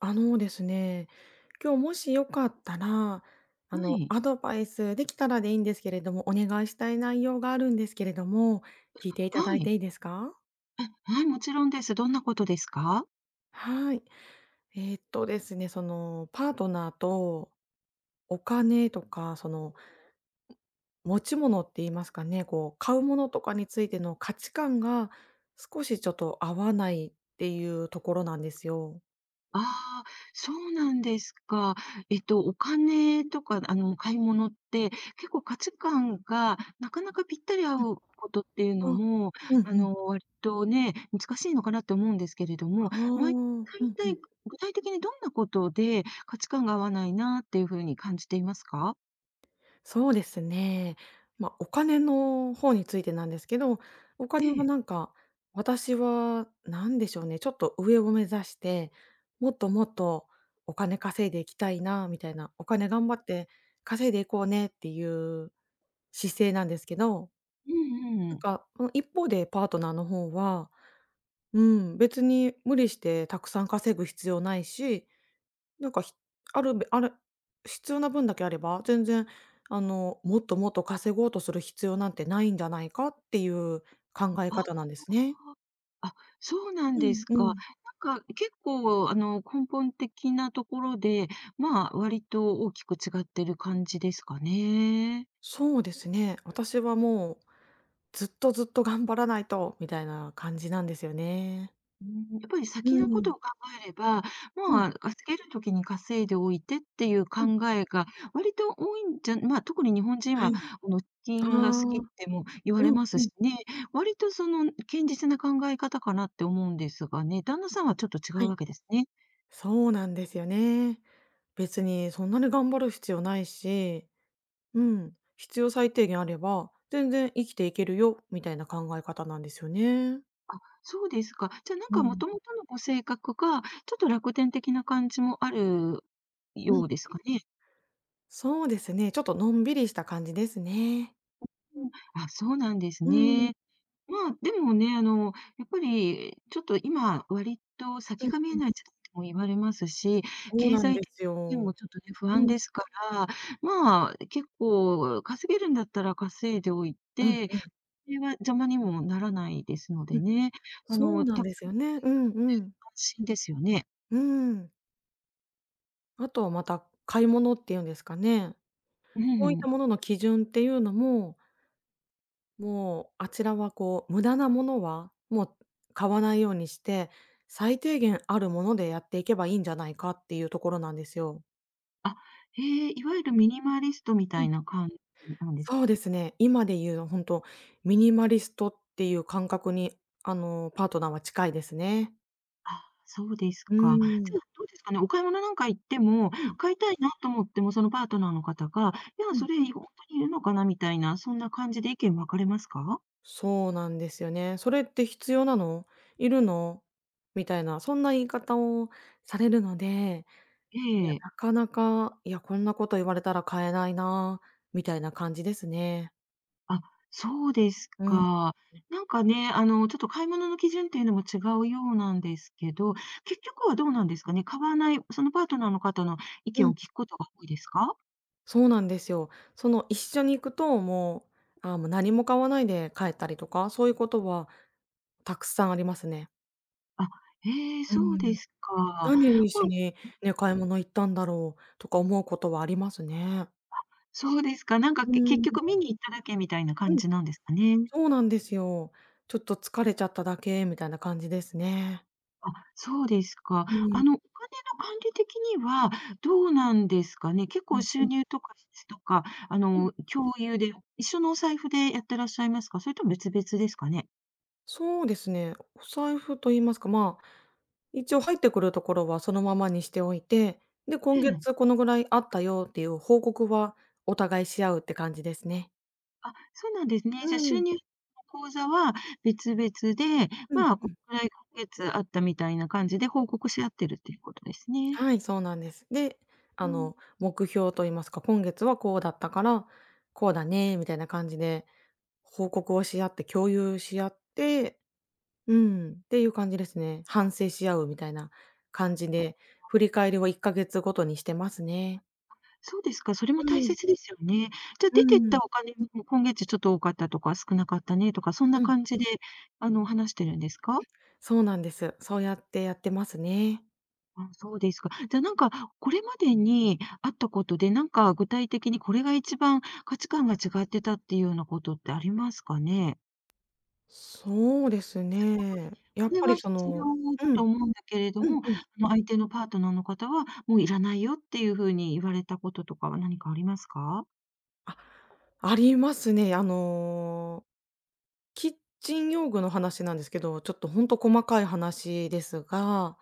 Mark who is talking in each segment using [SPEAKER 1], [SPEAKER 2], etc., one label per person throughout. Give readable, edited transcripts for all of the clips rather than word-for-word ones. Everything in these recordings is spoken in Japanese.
[SPEAKER 1] あのですね、今日もしよかったら、
[SPEAKER 2] はい。
[SPEAKER 1] アドバイスできたらでいいんですけれども、お願いしたい内容があるんですけれども、聞いていただ
[SPEAKER 2] は
[SPEAKER 1] い
[SPEAKER 2] い。
[SPEAKER 1] ていいですか？
[SPEAKER 2] はい、もちろんです。どんなことですか？
[SPEAKER 1] はい。ですね、その、パートナーとお金とか、その、持ち物って言いますかね、こう、買うものとかについての価値観が少しちょっと合わないっていうところなんですよ。
[SPEAKER 2] ああ、そうなんですか。お金とか、買い物って、結構価値観がなかなかぴったり合
[SPEAKER 1] うん。
[SPEAKER 2] うことっていうの
[SPEAKER 1] あ、
[SPEAKER 2] も、
[SPEAKER 1] うんうん。
[SPEAKER 2] 割とね、難しいのかなって思うんですけれども、
[SPEAKER 1] ああ。
[SPEAKER 2] 大
[SPEAKER 1] うんう
[SPEAKER 2] 体、
[SPEAKER 1] ん。
[SPEAKER 2] 具体的にどんなことで価値観が合わないなっていう風に感じていますか？
[SPEAKER 1] そうですね。まあ、お金の方についてなんですけど、お
[SPEAKER 2] え
[SPEAKER 1] 金は
[SPEAKER 2] え。
[SPEAKER 1] なんか、私は何でしょうね、ちょっと上を目指して、もっともっとお金稼いでいきたいなみたいな、お金頑張って稼いでいこうねっていう姿勢なんですけど、
[SPEAKER 2] うん
[SPEAKER 1] な
[SPEAKER 2] う
[SPEAKER 1] ん
[SPEAKER 2] ん。
[SPEAKER 1] か、うん、一方でパートナーの方は、うん、別に無理してたくさん稼ぐ必要ないし、なんか、ひあるべある必要な分だけあれば、全然、あの、もっともっと稼ごうとする必要なんてないんじゃないかっていう考え方
[SPEAKER 2] あ
[SPEAKER 1] なんですね。
[SPEAKER 2] あ、そうなん
[SPEAKER 1] う
[SPEAKER 2] で
[SPEAKER 1] ん
[SPEAKER 2] す
[SPEAKER 1] う
[SPEAKER 2] か。
[SPEAKER 1] ん。
[SPEAKER 2] 結構根本的なところで、まあ、割と大きく違ってる感じですかね。
[SPEAKER 1] そうですね。私はもう、ずっとずっと頑張らないとみたいな感じなんですよね。
[SPEAKER 2] うん、やっぱり
[SPEAKER 1] う
[SPEAKER 2] 先のこと
[SPEAKER 1] ん。
[SPEAKER 2] を考えれば、
[SPEAKER 1] う
[SPEAKER 2] ま
[SPEAKER 1] ん。
[SPEAKER 2] あ、稼げるときに稼いでおいてっていう
[SPEAKER 1] うん。
[SPEAKER 2] 考えが割と多いんじゃ、まあ、特に日本人
[SPEAKER 1] は
[SPEAKER 2] は
[SPEAKER 1] い。ああ。
[SPEAKER 2] 金が好きっても言わ
[SPEAKER 1] う
[SPEAKER 2] れ
[SPEAKER 1] ん
[SPEAKER 2] ます
[SPEAKER 1] うん。
[SPEAKER 2] しね、割とその堅実な考え方かなって思うんですがね、旦那さんはちょっと違
[SPEAKER 1] は
[SPEAKER 2] う
[SPEAKER 1] い。
[SPEAKER 2] わけですね。
[SPEAKER 1] そうなんですよね。別にそんなに頑張る必要ないし、うん、必要最低限あれば、全然生きていけるよみたいな考え方なんですよね。
[SPEAKER 2] そうですか。じゃ、なん
[SPEAKER 1] う
[SPEAKER 2] か、も
[SPEAKER 1] ん。
[SPEAKER 2] ともとのご性格が、ちょっと楽天的な感じもある
[SPEAKER 1] う
[SPEAKER 2] よ
[SPEAKER 1] ん、
[SPEAKER 2] うですかね。
[SPEAKER 1] そうですね、ちょっとのんびりした感じですね。
[SPEAKER 2] うん、あ、そうなんです
[SPEAKER 1] うん、う
[SPEAKER 2] ね。
[SPEAKER 1] ん
[SPEAKER 2] まあ、でもね、やっぱり、ちょっと今、割と先
[SPEAKER 1] う
[SPEAKER 2] が見え
[SPEAKER 1] ん。
[SPEAKER 2] ない時代とも言われますし、
[SPEAKER 1] そう
[SPEAKER 2] 経
[SPEAKER 1] なん
[SPEAKER 2] 済
[SPEAKER 1] で
[SPEAKER 2] 的
[SPEAKER 1] す
[SPEAKER 2] に
[SPEAKER 1] よ。
[SPEAKER 2] もちょっとね、不
[SPEAKER 1] う
[SPEAKER 2] 安
[SPEAKER 1] ん、
[SPEAKER 2] ですから、まあ、結構稼げるんだったら稼いでおい
[SPEAKER 1] うん
[SPEAKER 2] て、
[SPEAKER 1] うん
[SPEAKER 2] それは邪魔にもならないですの
[SPEAKER 1] う
[SPEAKER 2] で
[SPEAKER 1] ん。
[SPEAKER 2] ね、
[SPEAKER 1] そうなん
[SPEAKER 2] たく
[SPEAKER 1] で
[SPEAKER 2] さ
[SPEAKER 1] す
[SPEAKER 2] ん
[SPEAKER 1] よね。うんうん。
[SPEAKER 2] 安心ですよね。
[SPEAKER 1] うん。あとはまた買い物っていうんですかね。
[SPEAKER 2] う
[SPEAKER 1] こういった
[SPEAKER 2] ん。
[SPEAKER 1] ものの基準っていうのも、もう、あちらはこう、無駄なものは、もう買わないようにして、最低限あるものでやっていけばいいんじゃないかっていうところなんですよ。
[SPEAKER 2] あ、へえ、いわゆるミニマリストみ
[SPEAKER 1] う
[SPEAKER 2] た
[SPEAKER 1] ん。
[SPEAKER 2] いな感じなんです。
[SPEAKER 1] そうですね、今で言う本当ミニマリストっていう感覚に、あの、パートナーは近いですね。
[SPEAKER 2] あ、そうです
[SPEAKER 1] う
[SPEAKER 2] か。
[SPEAKER 1] ー
[SPEAKER 2] じ
[SPEAKER 1] ん。
[SPEAKER 2] ゃあ、どうですかね、お買い物なんか行っても、
[SPEAKER 1] うん、
[SPEAKER 2] 買いたいなと思っても、そのパートナーの方が、いや、
[SPEAKER 1] うん。
[SPEAKER 2] それ、本当にいるのかなみたいな、そんな感じで意見分かれますか？
[SPEAKER 1] そうなんですよね。「それって必要なの？いるの？」みたいな、そんな言い方をされるので、
[SPEAKER 2] え
[SPEAKER 1] いや、
[SPEAKER 2] え。
[SPEAKER 1] なかなか、いや、こんなこと言われたら買えないな、みたいな感じですね。
[SPEAKER 2] あ、そうです
[SPEAKER 1] うん。
[SPEAKER 2] か。ね、ちょっと買い物の基準っていうのも違うようなんですけど、結局はどうなんですかね、買わない、そのパートナーの方の意
[SPEAKER 1] う
[SPEAKER 2] 見
[SPEAKER 1] ん、
[SPEAKER 2] を聞くことが多いですか？
[SPEAKER 1] そうなんですよ。その、一緒に行くと、もう、ああ、もう何も買わないで帰ったりとか、そういうことはたくさんありますね。
[SPEAKER 2] あ、ええ、
[SPEAKER 1] う
[SPEAKER 2] そうで
[SPEAKER 1] ん。
[SPEAKER 2] すか。まあ、
[SPEAKER 1] 何にしに、ね、買い物行ったんだろうとか思うことはありますね。
[SPEAKER 2] そうですか。
[SPEAKER 1] う
[SPEAKER 2] 結
[SPEAKER 1] ん、
[SPEAKER 2] 局見に行っただけみたいな
[SPEAKER 1] う
[SPEAKER 2] 感
[SPEAKER 1] ん、
[SPEAKER 2] じなんですかね。
[SPEAKER 1] そうなんですよ。ちょっと疲れちゃっただけみたいな感じですね。
[SPEAKER 2] あ、そうですか。
[SPEAKER 1] うん、
[SPEAKER 2] お金の管理的にはどうなんですかね。結
[SPEAKER 1] う
[SPEAKER 2] 構
[SPEAKER 1] ん、う
[SPEAKER 2] 収
[SPEAKER 1] ん。
[SPEAKER 2] 入とか支出とか、共有で、一緒のお財布でやってらっしゃいますか？それとも別々ですかね？
[SPEAKER 1] そうですね。お財布と言いますか、まあ、一応入ってくるところはそのままにしておいて、で、
[SPEAKER 2] え
[SPEAKER 1] 今月
[SPEAKER 2] え。
[SPEAKER 1] このぐらいあったよっていう報告はお互いし合うって感じですね。
[SPEAKER 2] あ、そうなんですね。
[SPEAKER 1] う
[SPEAKER 2] じゃ、収
[SPEAKER 1] ん。
[SPEAKER 2] 入の口座は別々で、
[SPEAKER 1] うん
[SPEAKER 2] まあ、
[SPEAKER 1] う
[SPEAKER 2] こ
[SPEAKER 1] ん。
[SPEAKER 2] れくらい今月あったみたいな感じで報告し合ってるっていうことですね。
[SPEAKER 1] はい、そうなんです。で、
[SPEAKER 2] う
[SPEAKER 1] あ
[SPEAKER 2] ん。
[SPEAKER 1] の、目標と言いますか、今月はこうだったから、こうだねみたいな感じで報告をし合って共有し合って、うん、っていう感じですね。反省し合うみたいな感じで、振り返りを1ヶ月ごとにしてますね。
[SPEAKER 2] そうですか、それも
[SPEAKER 1] う
[SPEAKER 2] 大
[SPEAKER 1] ん
[SPEAKER 2] 切ですよね。じゃ、
[SPEAKER 1] う
[SPEAKER 2] 出てっ
[SPEAKER 1] ん、
[SPEAKER 2] たお金も今月ちょっと多かったとか、少なかったねとか、そんな
[SPEAKER 1] うん、
[SPEAKER 2] 感じで、話してるんですか？
[SPEAKER 1] そうなんです。そうやってやってますね。
[SPEAKER 2] あ、そうですか。じゃ、これまでにあったことで、具体的にこれが一番価値観が違ってたっていうようなことってありますかね？
[SPEAKER 1] そうですね。や
[SPEAKER 2] こ
[SPEAKER 1] っ
[SPEAKER 2] れ
[SPEAKER 1] ぱ
[SPEAKER 2] は
[SPEAKER 1] りそ
[SPEAKER 2] 必要
[SPEAKER 1] の、う
[SPEAKER 2] だ
[SPEAKER 1] ん、
[SPEAKER 2] と思うんだけれど
[SPEAKER 1] うん
[SPEAKER 2] も、
[SPEAKER 1] うん。
[SPEAKER 2] 相手のパートナーの方は、もういらないよっていう風に言われたこととかは何かありますか？
[SPEAKER 1] あ、ありますね。あの、キッチン用具の話なんですけど、ちょっとほんと細かい話ですが、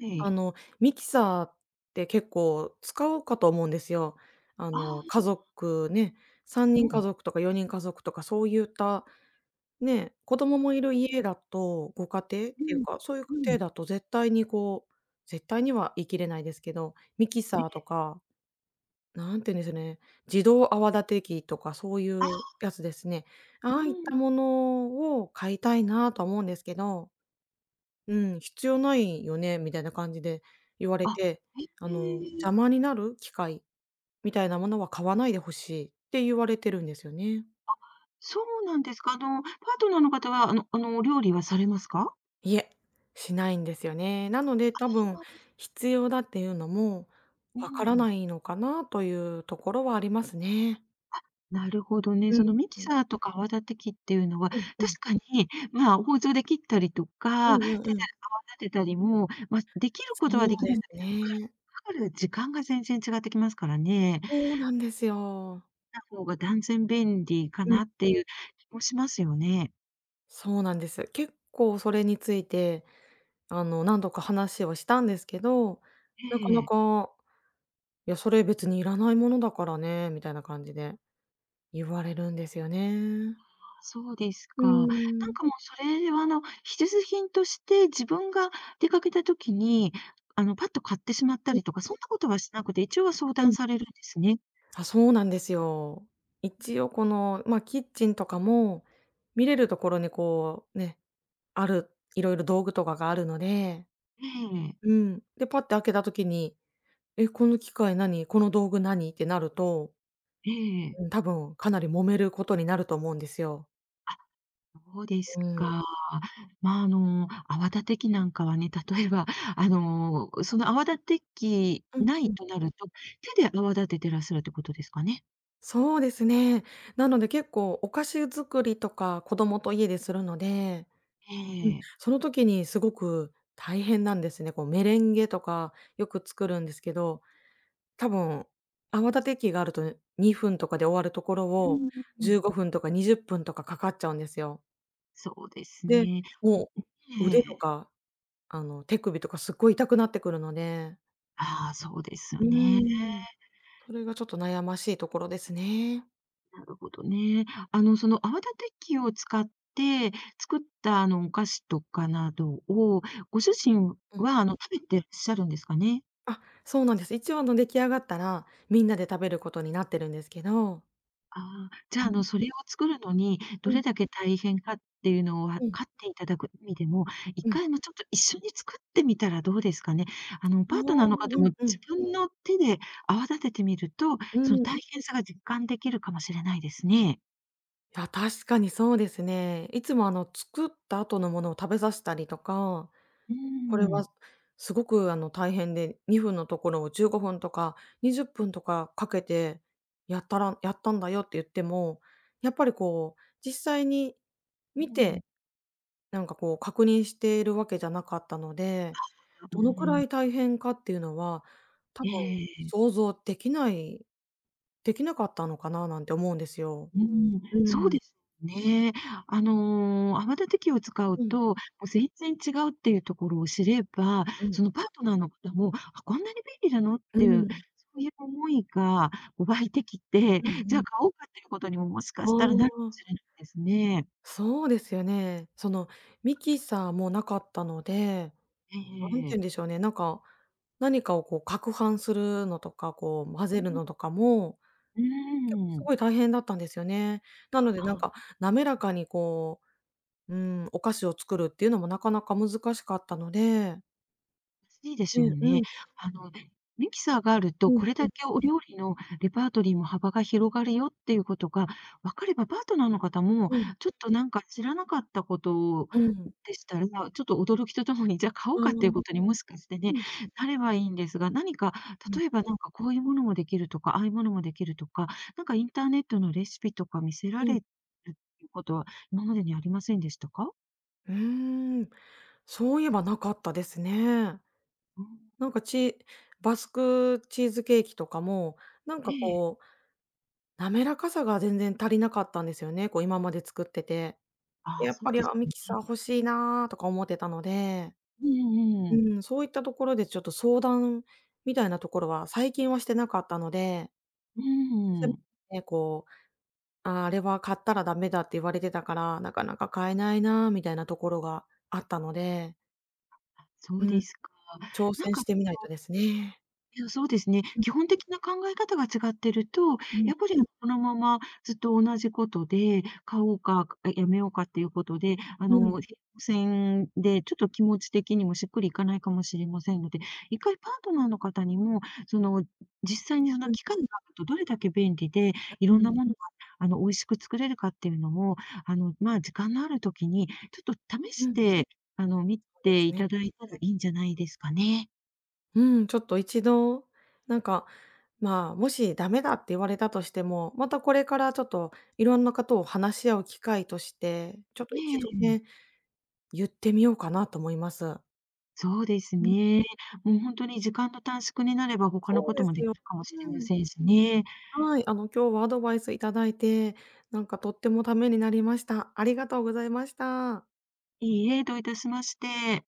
[SPEAKER 2] え
[SPEAKER 1] あ
[SPEAKER 2] え。
[SPEAKER 1] の、ミキサーって結構使うかと思うんですよ。あ
[SPEAKER 2] あ
[SPEAKER 1] の、
[SPEAKER 2] あ、
[SPEAKER 1] 家族ね、3
[SPEAKER 2] う
[SPEAKER 1] 人家
[SPEAKER 2] ん。
[SPEAKER 1] 族とか4人家族とかそうゆったね、子供もいる家だと、ご家庭っ
[SPEAKER 2] う
[SPEAKER 1] ていう
[SPEAKER 2] ん
[SPEAKER 1] か、そういう
[SPEAKER 2] うん。う
[SPEAKER 1] 家
[SPEAKER 2] ん。
[SPEAKER 1] 庭だと絶対にこう絶対には言い切れないですけど、ミキ
[SPEAKER 2] え、
[SPEAKER 1] サーとか、なんて言うんですね、自動泡立て器とかそういうやつですね。あ
[SPEAKER 2] う
[SPEAKER 1] あいっ
[SPEAKER 2] ん。
[SPEAKER 1] たものを買いたいなとは思うんですけど、うん、必要ないよねみたいな感じで言われ
[SPEAKER 2] あ、
[SPEAKER 1] て、
[SPEAKER 2] へ
[SPEAKER 1] あの、
[SPEAKER 2] え。
[SPEAKER 1] 邪魔になる機械みたいなものは買わないでほしいって言われてるんですよね。
[SPEAKER 2] そうなんですか。パートナーの方は、お料理はされますか？
[SPEAKER 1] いえ、しないんですよね。なので、多分
[SPEAKER 2] はい。
[SPEAKER 1] 必要だっていうのも
[SPEAKER 2] う
[SPEAKER 1] わから
[SPEAKER 2] ん。
[SPEAKER 1] ないのかなというところはありますね。
[SPEAKER 2] なるほどね。
[SPEAKER 1] うん
[SPEAKER 2] そのミキ
[SPEAKER 1] うん。
[SPEAKER 2] サーとか泡立て器っていうのは、
[SPEAKER 1] うんうん。
[SPEAKER 2] 確かに、まあ、包丁で切ったりと
[SPEAKER 1] う
[SPEAKER 2] か、手
[SPEAKER 1] ん
[SPEAKER 2] で
[SPEAKER 1] うんうん。
[SPEAKER 2] 泡立てたりも、まあ、できる
[SPEAKER 1] そ
[SPEAKER 2] ことはで
[SPEAKER 1] う
[SPEAKER 2] き
[SPEAKER 1] で
[SPEAKER 2] るん
[SPEAKER 1] す
[SPEAKER 2] だけど、か
[SPEAKER 1] ね。
[SPEAKER 2] かる時間が全然違ってきますからね。
[SPEAKER 1] そうなんですよ。
[SPEAKER 2] な方が断然便利か
[SPEAKER 1] うん、
[SPEAKER 2] なっていう気もしますよね。
[SPEAKER 1] そうなんです。結構それについて、あの、何度か話をしたんですけど、なか
[SPEAKER 2] え
[SPEAKER 1] な
[SPEAKER 2] え。
[SPEAKER 1] か「いや、それ別にいらないものだからね」みたいな感じで言われるんですよね。
[SPEAKER 2] そうです
[SPEAKER 1] う
[SPEAKER 2] か。
[SPEAKER 1] ん。
[SPEAKER 2] もうそれは必需品として自分が出かけた時に、パッと買ってしまった
[SPEAKER 1] うん
[SPEAKER 2] りとか、そんなことはしなくて、一応は相
[SPEAKER 1] う
[SPEAKER 2] 談
[SPEAKER 1] ん。
[SPEAKER 2] されるんですね。
[SPEAKER 1] あ、そうなんですよ。一応この、まあ、キッチンとかも、見れるところにこう、ね、ある、いろいろ道具とかがあるので、
[SPEAKER 2] ええ、
[SPEAKER 1] うん。で、パッて開けた時に、「え、この機械何？この道具何？」ってなると、
[SPEAKER 2] ええ。
[SPEAKER 1] うん、多分かなり揉めることになると思うんですよ。
[SPEAKER 2] そうです
[SPEAKER 1] うん。
[SPEAKER 2] か。まあ、泡立て器なんかはね、例えば、その泡立て器
[SPEAKER 1] うん
[SPEAKER 2] な
[SPEAKER 1] う
[SPEAKER 2] い
[SPEAKER 1] ん。
[SPEAKER 2] となると、手で泡立ててらっしゃるってことですかね？
[SPEAKER 1] そうですね。なので結構お菓子作りとか子供と家でするので、
[SPEAKER 2] え
[SPEAKER 1] うん、
[SPEAKER 2] え。
[SPEAKER 1] その時にすごく大変なんですね。こうメレンゲとかよく作るんですけど、多分、泡立て器があると2分とかで終わるところ
[SPEAKER 2] う
[SPEAKER 1] を、
[SPEAKER 2] ん。
[SPEAKER 1] 15分とか20分とかかかっちゃうんですよ。
[SPEAKER 2] そうです
[SPEAKER 1] で、
[SPEAKER 2] ね。
[SPEAKER 1] もう
[SPEAKER 2] え
[SPEAKER 1] 腕と
[SPEAKER 2] え。
[SPEAKER 1] か、あの、手首とかすっごい痛くなってくるので、
[SPEAKER 2] ああ、そうです
[SPEAKER 1] う
[SPEAKER 2] よ
[SPEAKER 1] ー
[SPEAKER 2] ね。
[SPEAKER 1] ん、それがちょっと悩ましいところですね。
[SPEAKER 2] なるほどね。その泡立て器を使って作ったあのお菓子とかなどを、ご主人
[SPEAKER 1] うん。
[SPEAKER 2] はあの食べてらっしゃるんですかね？
[SPEAKER 1] あ、そうなんです。一応あの出来上がったら、みんなで食べることになってるんですけど。
[SPEAKER 2] ああ、じゃ
[SPEAKER 1] う
[SPEAKER 2] あ、
[SPEAKER 1] ん、
[SPEAKER 2] それを作るのに
[SPEAKER 1] う
[SPEAKER 2] ど
[SPEAKER 1] ん、
[SPEAKER 2] れだけ大変かっていうのを分
[SPEAKER 1] うん、
[SPEAKER 2] かっていただく意味でも、一
[SPEAKER 1] うん。
[SPEAKER 2] 回もちょっと一緒に作ってみたらどうですかね？
[SPEAKER 1] あ
[SPEAKER 2] パートナー
[SPEAKER 1] あ、う
[SPEAKER 2] の方も
[SPEAKER 1] ん
[SPEAKER 2] 自
[SPEAKER 1] うん。
[SPEAKER 2] 分の手で泡立ててみると、
[SPEAKER 1] う
[SPEAKER 2] その
[SPEAKER 1] ん。
[SPEAKER 2] 大
[SPEAKER 1] い
[SPEAKER 2] 変さが実感できるかもしれないですね。
[SPEAKER 1] や、確かにそうですね。いつもあの作った後のものを食べさせたりとか、
[SPEAKER 2] う
[SPEAKER 1] これは
[SPEAKER 2] ん。
[SPEAKER 1] すごくあの大変で、2分のところを15分とか20分とかかけてやったらやったんだよって言っても、やっぱりこう実際に
[SPEAKER 2] う
[SPEAKER 1] 見
[SPEAKER 2] ん、
[SPEAKER 1] て、なんかこう確認しているわけじゃなかったので、
[SPEAKER 2] う
[SPEAKER 1] どのくら
[SPEAKER 2] ん。
[SPEAKER 1] い大変かっていうのは、多分
[SPEAKER 2] ええ。
[SPEAKER 1] 想像できない、できなかったのかななんて思うんですよ。
[SPEAKER 2] うん、
[SPEAKER 1] う
[SPEAKER 2] そう
[SPEAKER 1] ん。
[SPEAKER 2] ですね。泡立て器を使う
[SPEAKER 1] うん。
[SPEAKER 2] と、もう全然違うっていうところを知れば、
[SPEAKER 1] うん。
[SPEAKER 2] そのパートナーの方も、あ、こんなに便利なのっ
[SPEAKER 1] う
[SPEAKER 2] ていう、
[SPEAKER 1] ん。
[SPEAKER 2] そういう思いがこう湧いてきて、
[SPEAKER 1] うんう
[SPEAKER 2] じゃあ
[SPEAKER 1] ん。
[SPEAKER 2] 買おうかっていうことにも、もしか
[SPEAKER 1] あ
[SPEAKER 2] したらなるかもし
[SPEAKER 1] あ。
[SPEAKER 2] れないですね。
[SPEAKER 1] そうですよね。その、ミキサーもなかったので、何て言
[SPEAKER 2] え
[SPEAKER 1] う
[SPEAKER 2] え、
[SPEAKER 1] んでしょうね、なんか、何かをこう攪拌するのとか、こう混ぜるのとかも、
[SPEAKER 2] う
[SPEAKER 1] 結構す
[SPEAKER 2] ん。
[SPEAKER 1] ごい大変だったんですよね。
[SPEAKER 2] ん
[SPEAKER 1] なのでなん
[SPEAKER 2] あ。
[SPEAKER 1] か、滑らかにこう、うん、お菓子を作るっていうのもなかなか難しかったので、
[SPEAKER 2] いしいでしょ
[SPEAKER 1] ね、
[SPEAKER 2] う
[SPEAKER 1] うん、
[SPEAKER 2] ね。
[SPEAKER 1] うん
[SPEAKER 2] あの、ミキサーがある
[SPEAKER 1] う
[SPEAKER 2] と、
[SPEAKER 1] ん、
[SPEAKER 2] これだけお料理のレパートリーも幅が広がるよっていうことが分かれば、パートナーの方も、
[SPEAKER 1] うん、
[SPEAKER 2] ちょっと知らなかったこと
[SPEAKER 1] うん。
[SPEAKER 2] でしたら、ちょっと驚きとともに、じゃあ買お
[SPEAKER 1] あ
[SPEAKER 2] う
[SPEAKER 1] あ、う
[SPEAKER 2] かっていう
[SPEAKER 1] ん、
[SPEAKER 2] ことにもしかしてね、
[SPEAKER 1] う
[SPEAKER 2] なればいいんですが、何か、例
[SPEAKER 1] ん、
[SPEAKER 2] えばこういうものもできるとか、ああいうものもできるとか、インターネットのレシピとか見せら
[SPEAKER 1] う
[SPEAKER 2] れ
[SPEAKER 1] ん。
[SPEAKER 2] るっていうことは、今までにありませんでしたか？
[SPEAKER 1] うーん、そういえばなかったですね。
[SPEAKER 2] うん。
[SPEAKER 1] なんかチーバスクチーズケーキとかも、なんか
[SPEAKER 2] ええ。
[SPEAKER 1] こう、滑らかさが全然足りなかったんですよね、こう今まで作ってて。
[SPEAKER 2] ああ、
[SPEAKER 1] やっ
[SPEAKER 2] そう
[SPEAKER 1] ぱり、
[SPEAKER 2] で
[SPEAKER 1] あ、
[SPEAKER 2] す
[SPEAKER 1] ミ
[SPEAKER 2] よね。
[SPEAKER 1] キサー欲しいなとか思ってたので、
[SPEAKER 2] うん
[SPEAKER 1] う
[SPEAKER 2] うん。
[SPEAKER 1] ん、そういったところでちょっと相談みたいなところは最近はしてなかったので、
[SPEAKER 2] う
[SPEAKER 1] どう
[SPEAKER 2] ー
[SPEAKER 1] せ
[SPEAKER 2] ん、
[SPEAKER 1] ね、こう、あ、あれは買ったらダメだって言われてたから、なかなか買えないなみたいなところがあったので、
[SPEAKER 2] そ
[SPEAKER 1] う
[SPEAKER 2] うで
[SPEAKER 1] ん、
[SPEAKER 2] すか。
[SPEAKER 1] 挑
[SPEAKER 2] なん
[SPEAKER 1] 戦
[SPEAKER 2] か
[SPEAKER 1] してみないとですね。
[SPEAKER 2] いや、そうですね。
[SPEAKER 1] うん、
[SPEAKER 2] 基本的な考え方が違ってると、
[SPEAKER 1] うん、
[SPEAKER 2] やっぱりこのままずっと同じことで、買おうか、やめようかっていうことで、
[SPEAKER 1] うん、
[SPEAKER 2] 平行線でちょっと気持ち的にもしっくりいかないかもしれませんので、一回パートナーの方にも、その、実際にそ
[SPEAKER 1] う
[SPEAKER 2] の
[SPEAKER 1] ん、
[SPEAKER 2] 機械があるとどれだけ便利で、い
[SPEAKER 1] う
[SPEAKER 2] ろんな
[SPEAKER 1] ん。
[SPEAKER 2] ものが、美味しく作れるかっていうのを、まあ、時間のある時にちょっと試
[SPEAKER 1] う
[SPEAKER 2] し
[SPEAKER 1] ん。
[SPEAKER 2] て、見て
[SPEAKER 1] す
[SPEAKER 2] い
[SPEAKER 1] ね。
[SPEAKER 2] ただいたらいいんじゃないですかね。
[SPEAKER 1] うん、ちょっと一度、なんか、まあ、もしダメだって言われたとしても、またこれからちょっといろんなことを話し合う機会として、ちょっと
[SPEAKER 2] え
[SPEAKER 1] 一度ね、
[SPEAKER 2] え。
[SPEAKER 1] 言ってみようかなと思います。
[SPEAKER 2] そうです
[SPEAKER 1] うん、
[SPEAKER 2] ね。もう本当に時間の短縮になれば、他の
[SPEAKER 1] そう
[SPEAKER 2] こと
[SPEAKER 1] です
[SPEAKER 2] もで
[SPEAKER 1] よ。
[SPEAKER 2] きるかもしれ
[SPEAKER 1] う
[SPEAKER 2] ま
[SPEAKER 1] ん。
[SPEAKER 2] せんしね。
[SPEAKER 1] はい、あの、今日はアドバイスいただいて、なんかとってもためになりました。ありがとうございました。
[SPEAKER 2] いいえ、どういたしまして。